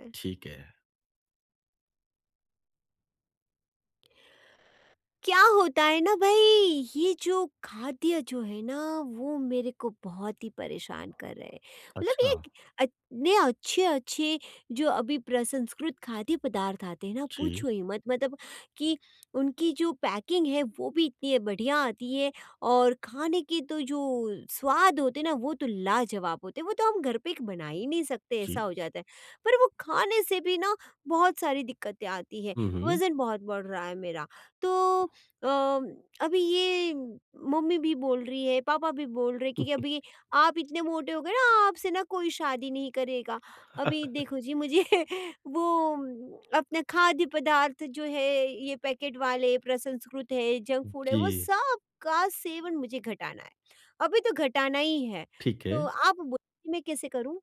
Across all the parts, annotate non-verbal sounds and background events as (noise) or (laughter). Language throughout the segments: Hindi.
है। ठीक है। क्या होता है ना भाई, ये जो खाद्य जो है ना, वो मेरे को बहुत ही परेशान कर रहे हैं। मतलब अच्छा। ये इतने अच्छे अच्छे जो अभी प्रसंस्कृत खाद्य पदार्थ आते हैं ना, जी, पूछो ही मत। मतलब कि उनकी जो पैकिंग है वो भी इतनी बढ़िया आती है, और खाने के तो जो स्वाद होते हैं ना वो तो लाजवाब होते हैं, वो तो हम घर पे बना ही नहीं सकते, ऐसा जी। हो जाता है। पर वो खाने से भी ना बहुत सारी दिक्कतें आती है। हुँ, हुँ। वज़न बहुत बढ़ रहा है मेरा। तो अम, अभी ये मम्मी भी बोल रही है, पापा भी बोल रहे कि अभी आप इतने मोटे हो गए ना, आपसे ना कोई शादी नहीं करेगा। अभी देखो जी, मुझे (laughs) वो अपने खाद्य पदार्थ जो है, ये पैकेट वाले प्रसंस्कृत है, जंक फूड है, वो जी, सब का सेवन मुझे घटाना है। अभी तो घटाना ही है। ठीक है। तो आप बोलिए मैं कैसे करूं।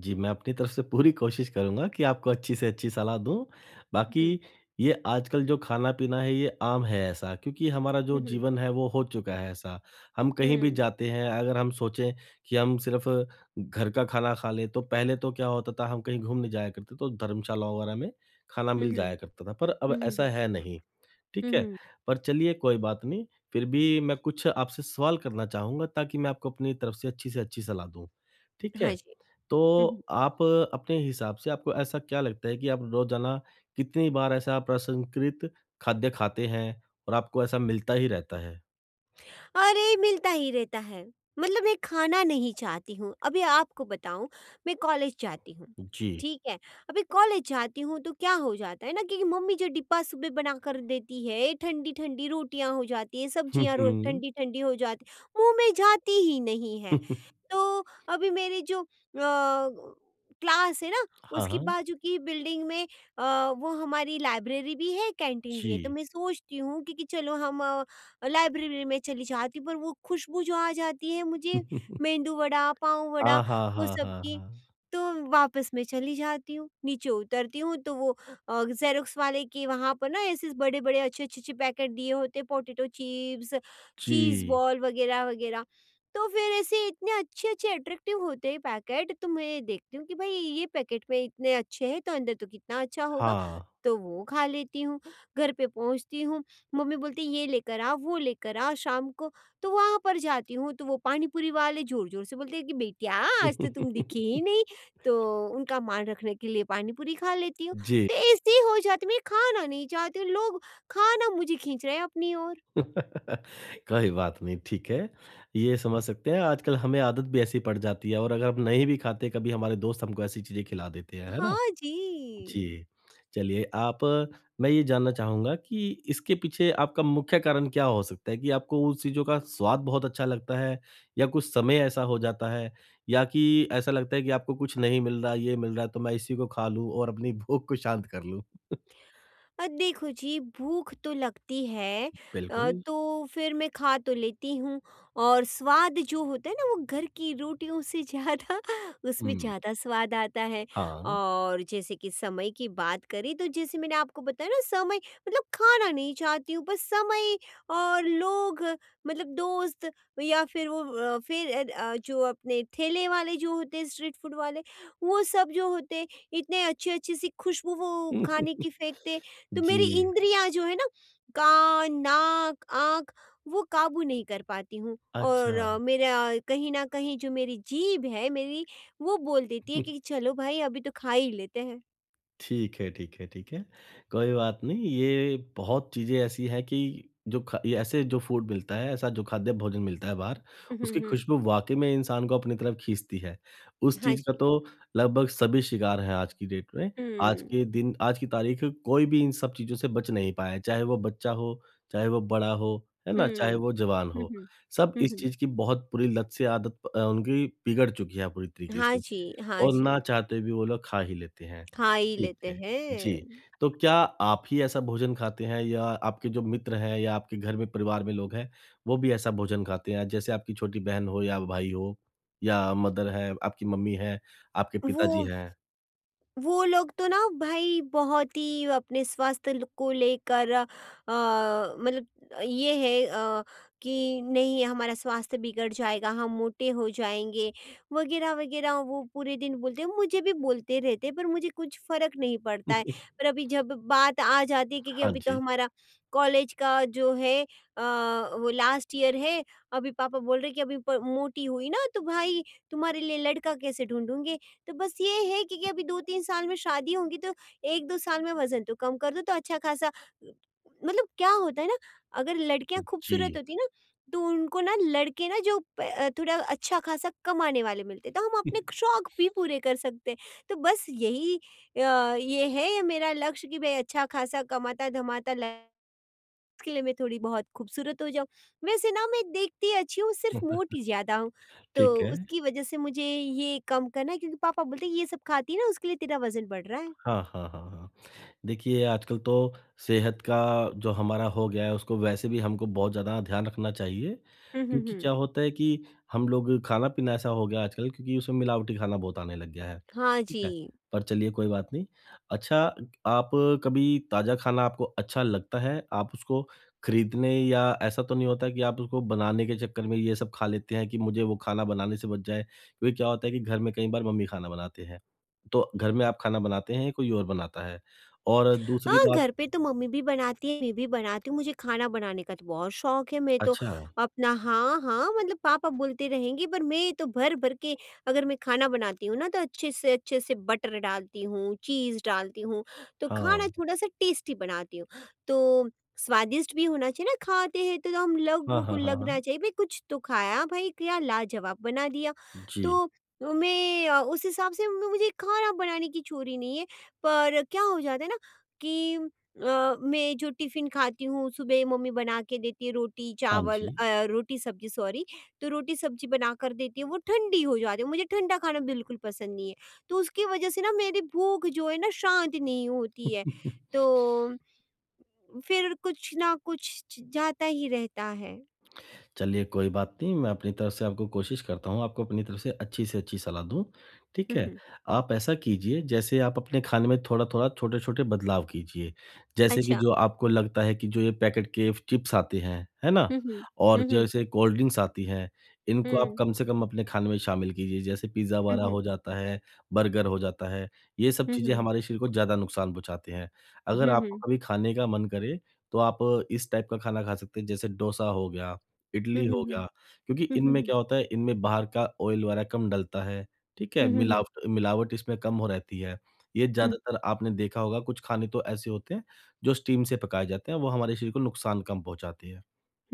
जी, मैं अपनी तरफ से पूरी कोशिश करूँगा कि आपको अच्छी से अच्छी सलाह दूँ। हम्म बाकी ये आजकल जो खाना-पीना है ये आम है ऐसा क्योंकि हमारा जो हम्म जीवन है वो हो चुका है ऐसा। हम कहीं भी हम्म जाते हैं अगर हम सोचें कि हम सिर्फ़ घर का खाना खा लें तो पहले तो क्या होता था हम कहीं घूमने जाया करते तो धर्मशाला वगैरह में खाना हम्म मिल जाया करता था पर अब हम्म ऐसा हम्म है नहीं। ठीक हम्म है? हम्म, पर चलिए कोई बात नहीं, फिर भी मैं कुछ आपसे सवाल करना चाहूँगा ताकि मैं आपको अपनी तरफ से अच्छी सलाह दूँ। ठीक है? हाँ जी। तो आप अपने हिसाब से आपको ऐसा क्या लगता है कि आप रोज़ाना कितनी बार ऐसा प्रसंस्कृत खाद्य खाते हैं और आपको ऐसा मिलता ही रहता है? अरे! मिलता ही रहता है। मतलब मैं खाना नहीं चाहती हूँ। अभी आपको बताऊँ, मैं कॉलेज जाती हूँ। जी। ठीक है? अभी कॉलेज जाती हूँ तो क्या हो जाता है ना कि मम्मी जो डिब्बा सुबह बना कर देती है, ठंडी-ठंडी रोटियाँ हो जाती है, हुँ, सब्जियाँ रो हुँ। ठंडी-ठंडी हो जाती, मुँह में जाती ही नहीं है। (laughs) तो अभी मेरी जो क्लास है ना हाँ, उसकी हाँ। बाजू की बिल्डिंग में, वो हमारी लाइब्रेरी भी है, कैंटीन भी है। तो जी। मैं सोचती हूँ कि चलो हम लाइब्रेरी में चली जाती हूँ, पर वो खुशबू जो आ जाती है मुझे, (laughs) मेंदू वड़ा, पाव वड़ा, हाँ, हाँ, वो हाँ, सब हाँ, की। हाँ। तो वापस मैं चली जाती हूँ, नीचे उतरती हूँ तो वो जेरोक्स वाले के वहाँ पर ना ऐसे बड़े बड़े अच्छे अच्छे अच्छे पैकेट दिए होते, पोटैटो चिप्स, चीज़ जी। बॉल वगैरह वगैरह। तो फिर ऐसे इतने अच्छे-अच्छे अट्रैक्टिव होते हैं पैकेट, तो मैं देखती हूँ कि भाई ये पैकेट में इतने अच्छे हैं तो अंदर तो कितना अच्छा होगा, हाँ। तो वो खा लेती हूँ। घर पे पहुँचती हूँ, मम्मी बोलती है ये लेकर आ, वो लेकर आ शाम को, तो वहाँ पर जाती हूँ तो वो पानी पूरी वाले ज़ोर-ज़ोर से बोलते हैं कि बेटिया आज तो तुम दिखी (laughs) ही नहीं, तो उनका मान रखने के लिए पानी पूरी खा लेती हूँ। जी। तो ऐसे ही हो जाती है, मैं खाना नहीं चाहती हूँ, लोग खाना मुझे खींच रहे हैं अपनी ओर। (laughs) कोई बात नहीं, ठीक है। ये समझ सकते हैं आजकल हमें आदत भी ऐसी पड़ जाती है और अगर हम नहीं भी खाते कभी हमारे दोस्त हमको ऐसी चीज़ें खिला देते हैं, है ना? हाँ जी। जी। चलिए आप मैं ये जानना चाहूँगा कि इसके पीछे आपका मुख्य कारण क्या हो सकता है कि आपको उन चीज़ों का स्वाद बहुत अच्छा लगता है या कुछ समय ऐसा हो जाता है या कि ऐसा लगता है कि आपको कुछ नहीं मिल रहा, ये मिल रहा है तो मैं इसी को खा लूँ और अपनी भूख को शांत कर लूँ? देखो जी, भूख तो लगती है। बिल्कुल। तो फिर मैं खा तो लेती हूँ, और स्वाद जो होता है ना वो घर की रोटियों से ज़्यादा (laughs) उसमें हुँ, ज़्यादा स्वाद आता है। हाँ। और जैसे कि समय की बात करें तो जैसे मैंने आपको बताया ना, समय मतलब खाना नहीं चाहती हूँ, बस समय और लोग, मतलब दोस्त या फिर वो जो अपने ठेले वाले जो होते हैं, स्ट्रीट फूड वाले वो सब जो होते हैं, इतने अच्छे अच्छे सी खुशबू वो खाने (laughs) की फेंकते, तो जी, मेरी इंद्रियाँ जो है ना, कान, नाक, आँख, वो काबू नहीं कर पाती हूँ। और अच्छा। मेरा कहीं न कहीं जो मेरी जीभ है मेरी, वो बोल देती है कि (laughs) चलो भाई अभी तो खा ही लेते हैं। ठीक है, ठीक है, ठीक है। कोई बात नहीं, ये बहुत चीज़ें ऐसी हैं कि जो ख ये ऐसे जो फूड मिलता है, ऐसा जो खाद्य भोजन मिलता है बाहर, हुँ, उसकी हुँ। खुशबू वाक़ई में इंसान को अपनी तरफ खींचती है। उस हाँ चीज़ का जी। तो लगभग सभी शिकार हैं आज की डेट में। आज हुँ, के दिन आज की तारीख़ कोई भी इन सब चीज़ों से बच नहीं पाया है, चाहे वो बच्चा हो, चाहे वो बड़ा हो, है ना? चाहे हुँ। वो जवान हुँ, हो। हुँ। सब हुँ, इस हुँ। चीज़ की बहुत बुरी लत से उनकी बिगड़ चुकी है पूरी तरीके हाँ से। जी, हाँ और ना जी। चाहते भी वो लोग खा ही लेते हैं। खा ही ठीक लेते है। हैं। जी, तो क्या आप ही ऐसा भोजन खाते हैं या आपके जो मित्र हैं या आपके घर में परिवार में लोग हैं, वो भी ऐसा भोजन खाते हैं? जैसे आपकी छोटी बहन हो या भाई हो या मदर है, आपकी मम्मी है, आपके वो पिताजी हैं? वो लोग तो ना भाई बहुत ही अपने स्वास्थ्य को लेकर मतलब ये है कि नहीं, हमारा स्वास्थ्य बिगड़ जाएगा, हम मोटे हो जाएंगे वगैरह वगैरह, वो पूरे दिन बोलते हैं, मुझे भी बोलते रहते हैं, पर मुझे कुछ फर्क नहीं पड़ता है। (laughs) पर अभी जब बात आ जाती है क्योंकि हाँ अभी तो जी। हमारा कॉलेज का जो है वो लास्ट ईयर है। अभी पापा बोल रहे कि अभी मोटी हुई ना तो भाई तुम्हारे लिए लड़का कैसे ढूंढूंगे। तो बस ये है कि अभी 2-3 साल में शादी होगी तो 1-2 साल में वज़न तो कम कर दो, तो अच्छा ख़ासा मतलब क्या होता है ना, अगर लड़कियाँ खूबसूरत जी। होती ना तो उनको ना लड़के ना जो थोड़ा अच्छा ख़ासा कमाने वाले मिलते, तो हम अपने शौक भी पूरे कर सकते हैं। तो बस यही ये है ये मेरा लक्ष्य कि भई अच्छा ख़ासा कमाता-धमाता ल, उसके लिए मैं थोड़ी बहुत खूबसूरत हो जाऊँ। वैसे ना मैं देखती अच्छी हूँ, सिर्फ़ (laughs) मोटी ज़्यादा हूँ, ठीक तो है। उसकी वजह से मुझे ये कम करना है क्योंकि पापा बोलते हैं ये सब खाती है ना उसके लिए तेरा वज़न बढ़ रहा है। हाँ, हाँ, हाँ, हाँ। देखिए, आजकल तो सेहत का जो हमारा हो गया है, उसको वैसे भी हमको बहुत ज़्यादा ध्यान रखना चाहिए। हुँ, हुँ, क्योंकि हुँ। क्या होता है कि हम लोग खाना-पीना ऐसा हो गया आजकल क्योंकि उसमें मिलावटी खाना बहुत आने लग गया है। हाँ ठीक जी। है? पर चलिए कोई बात नहीं। अच्छा आप कभी ताज़ा खाना आपको अच्छा लगता है? आप उसको खरीदने या ऐसा तो नहीं होता कि आप उसको बनाने के चक्कर में ये सब खा लेते हैं कि मुझे वो खाना बनाने से बच जाए? क्योंकि क्या होता है कि घर में कई बार मम्मी खाना बनाते हैं। तो घर में आप खाना बनाते हैं या कोई और बनाता है? और दूसरी हाँ, बात घर पे तो मम्मी भी बनाती है, मैं भी बनाती हूँ, मुझे खाना बनाने का तो बहुत शौक है, मैं तो अच्छा। अपना हाँ, हाँ, मतलब पापा बोलते रहेंगे पर मैं तो भर-भर के, अगर मैं खाना बनाती हूँ ना तो अच्छे से बटर डालती हूँ, चीज़ डालती हूँ, तो खाना हाँ। थोड़ा-सा टेस्टी बनाती हूँ। तो स्वादिष्ट भी होना चाहिए ना, खाते हैं तो हम हाँ, लोगों को हाँ, हाँ, लगना हाँ। चाहिए भई कुछ तो खाया भाई, क्या लाजवाब बना दिया। जी। तो मैं उस हिसाब से म मुझे खाना बनाने की चोरी नहीं है, पर क्या हो जाता है ना कि मैं जो टिफ़िन खाती हूँ सुबह, मम्मी बना के देती है, रोटी हाँ चावल जी। रोटी सब्ज़ी सॉरी, तो रोटी सब्ज़ी बना कर देती है, वो ठंडी हो जाती है, मुझे ठंडा खाना बिल्कुल पसंद नहीं है, तो उसकी वजह से ना मेरी भूख जो है ना शांत नहीं होती है, (laughs) तो फिर कुछ ना कुछ जाता ही रहता है। चलिए कोई बात नहीं, मैं अपनी तरफ से आपको कोशिश करता हूँ, आपको अपनी तरफ से अच्छी सलाह दूँ, ठीक है? आप ऐसा कीजिए जैसे आप अपने खाने में थोड़ा-थोड़ा, छोटे-छोटे बदलाव कीजिए। जैसे कि अच्छा। जो आपको लगता है कि जो ये पैकेट के चिप्स आते हैं, है ना? हम्म और हम्म हम्म जैसे कोल्ड ड्रिंक्स आती हैं, इनको आप हम्म कम से कम अपने खाने में शामिल कीजिए। जैसे पिज़्ज़ा वगैरह हम्म हो जाता है, बर्गर हो जाता है, ये सब चीज़ें हम्म हमारे शरीर को ज़्यादा नुकसान पहुँचाते हैं। अगर आपको हम्म कभी खाने का मन करे, तो आप इस टाइप का खाना खा सकते हैं, जैसे डोसा हो गया इडली हम्म हो हम्म गया, क्योंकि हम्म इनमें हम्म क्या होता है इनमें बाहर का ऑयल वगैरह कम डलता है, ठीक है? हम्म हम्म मिलावट मिलावट इसमें कम हो रहती है। ये ज़्यादातर आपने देखा होगा कुछ खाने तो ऐसे होते हैं, जो स्टीम से पकाए जाते हैं, वो हमारे शरीर को नुकसान कम पहुँचाते हैं।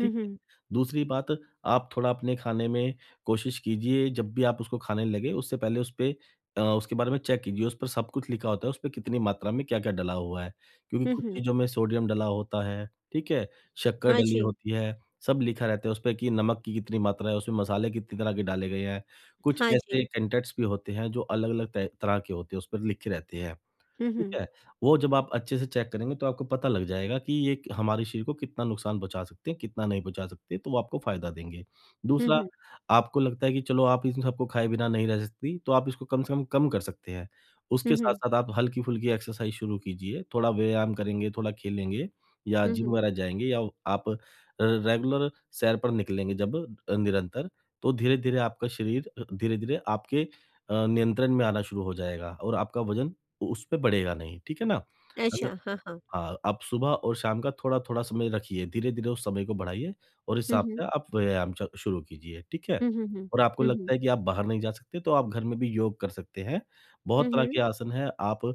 ठीक है। हम्म दूसरी बात आप थोड़ा अपने खाने में कोशिश कीजिए जब भी आप उसको खाने लगे उससे पहले उसके बारे में चेक कीजिए उस पर सब कुछ लिखा होता है उस पे कितनी मात्रा में क्या-क्या डला हुआ है। क्योंकि कुछ हम्म। चीज़ों में सोडियम डला होता है, ठीक है, शक्कर हाँ डली जी। होती है, सब लिखा रहता है उस पे कि नमक की कितनी मात्रा है, उसमें मसाले कितनी तरह के डाले गए हैं। कुछ हाँ ऐसे जी। कंटेंट्स भी होते हैं जो अलग-अलग तय तरह के होते हैं, उस पर लिखे रहते हैं। ठीक हम्म। है, वो जब आप अच्छे से चेक करेंगे तो आपको पता लग जाएगा कि ये क हमारे शरीर को कितना नुकसान पहुँचा सकते हैं, कितना नहीं पहुँचा सकते, तो वो आपको फ़ायदा देंगे। हुँ, दूसरा, हुँ। आपको लगता है कि चलो आप इन सबको खाए बिना नहीं रह सकती, तो आप इसको कम से कम कम कर सकते हैं। हुँ, उसके हुँ। साथ-साथ आप हल्की-फुल्की एक्सरसाइज़ शुरू कीजिए, थोड़ा व्यायाम करेंगे, थोड़ा खेलेंगे या हुँ, जिम हुँ। वगैरह जाएँगे या आप अ, रेगुलर सैर पर निकलेंगे जब निरंतर, तो धीरे-धीरे धीरे-धीरे नियंत्रण में आना शुरू हो जाएगा और आपका वज़न उस पे बढ़ेगा नहीं, ठीक है ना? अगर अच्छा, हाँ, हाँ। हाँ, आप सुबह और शाम का थोड़ा-थोड़ा समय रखिए, धीरे-धीरे उस समय को बढ़ाइए और इस हुँ, हिसाब हुँ। से आप व्यायाम च शुरू कीजिए, ठीक है? हुँ, हुँ, हुँ। और आपको हुँ, हुँ। लगता है कि आप बाहर नहीं जा सकते, तो आप घर में भी योग कर सकते हैं। बहुत हुँ, तरह हुँ। के आसन हैं,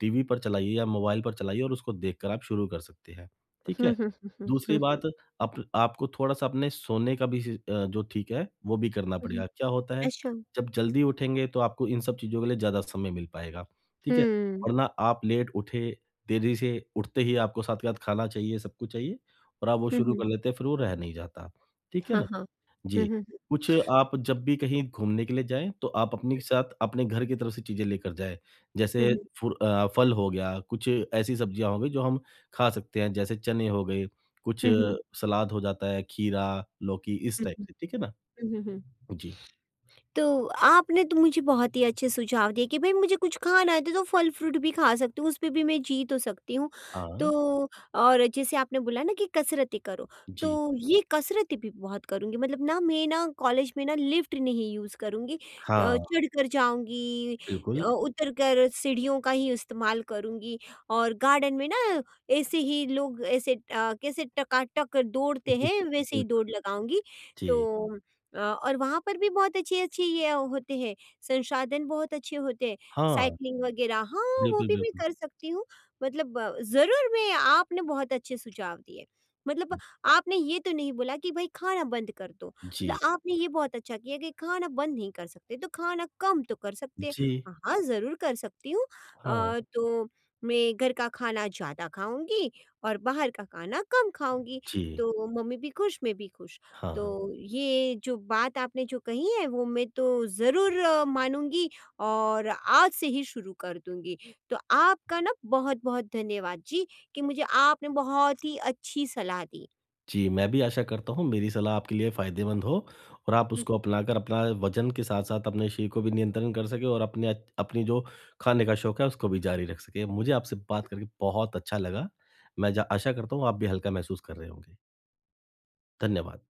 टीवी पर चलाइए या मोबाइल पर चलाइए और उसको देखकर आप शुरू कर सकते हैं, ठीक है? हुँ, हुँ, हुँ, हुँ, दूसरी बात हुँ, अप आपको थोड़ा-सा अपने सोने का भी जो ठीक है, वो भी करना हुँ। पड़ेगा। क्या होता है, अच्छा। जब जल्दी उठेंगे तो आपको इन सब चीज़ों के लिए ज़्यादा समय मिल पाएगा, ठीक है? हुँ। वरना आप लेट उठे, देरी से उठते ही आपको साथ के साथ खाना चाहिए, सब कुछ चाहिए और आप वो हुँ, शुरू हुँ। कर लेते हैं, फिर वो रह नहीं जाता, ठीक है हाँ, ना? हाँ। हुँ, जी। हुँ। कुछ आप जब भी कहीं घूमने के लिए जाएँ, तो आप अपने साथ अपने घर की तरफ से चीज़ें लेकर जाएँ। हुँ, जैसे हुँ। फल हो गया, कुछ ऐसी सब्जियाँ हो गई जो हम खा सकते हैं, जैसे चने हो गए, कुछ हुँ, अ, हुँ। सलाद हो जाता है, खीरा, लौकी इस हुँ, टाइप हुँ। से, ठीक है ना? हुँ, हुँ, हुँ। जी। तो आपने तो मुझे बहुत ही अच्छे सुझाव दिए कि भाई, मुझे कुछ खाना है तो फल फ्रूट भी खा सकती हूँ, उस पे भी मैं जी तो सकती हूँ। हाँ, तो और जैसे आपने बोला ना कि कसरतें करो, जी। तो ये कसरतें भी बहुत करूँगी, मतलब ना मैं ना कॉलेज में ना लिफ्ट नहीं यूज़ करूँगी, हाँ, चढ़कर जाऊँगी, बिल्कुल। उतरकर सीढ़ियों का ही इस्तेमाल करूँगी। और गार्डन में ना ऐसे ही लोग ऐसे कैसे टकाटक दौड़ते (laughs) हैं, वैसे ही बिल्कुल, दौड़ लगाऊँगी। जी। तो और वहाँ पर भी बहुत अच्छी-अच्छी ये होते हैं, संसाधन बहुत अच्छे होते हैं, हाँ, साइक्लिंग वगैरह, हाँ, वो बिल्कुल, भी मैं बिल्कुल। कर सकती हूँ। मतलब ज़रूर, मैं, आपने बहुत अच्छे सुझाव दिए। मतलब आपने ये तो नहीं बोला कि भई खाना बंद कर दो, जी, मतलब आपने ये बहुत अच्छा किया कि खाना बंद नहीं कर सकते, तो खाना कम तो कर सकते हैं। जी, हाँ, हाँ, ज़रूर कर सकती हूँ। हाँ, तो मैं घर का खाना ज़्यादा खाऊँगी और बाहर का खाना कम खाऊँगी, जी, तो मम्मी भी खुश, मैं भी खुश। तो हाँ। ये जो बात आपने जो कही है वो मैं तो ज़रूर मानूँगी और आज से ही शुरू कर दूँगी। तो आपका ना बहुत-बहुत धन्यवाद जी कि मुझे आपने बहुत ही अच्छी सलाह दी। जी, मैं भी आशा करता हूँ मेरी सलाह आपके लिए फ़ायदेमंद हो और आप उसको अपनाकर अपना वज़न के साथ-साथ अपने शरीर को भी नियंत्रण कर सकें और अपने अच अपनी जो खाने का शौक है उसको भी जारी रख सकें। मुझे आपसे बात करके बहुत अच्छा लगा। मैं जा आशा करता हूँ आप भी हल्का महसूस कर रहे होंगे। धन्यवाद।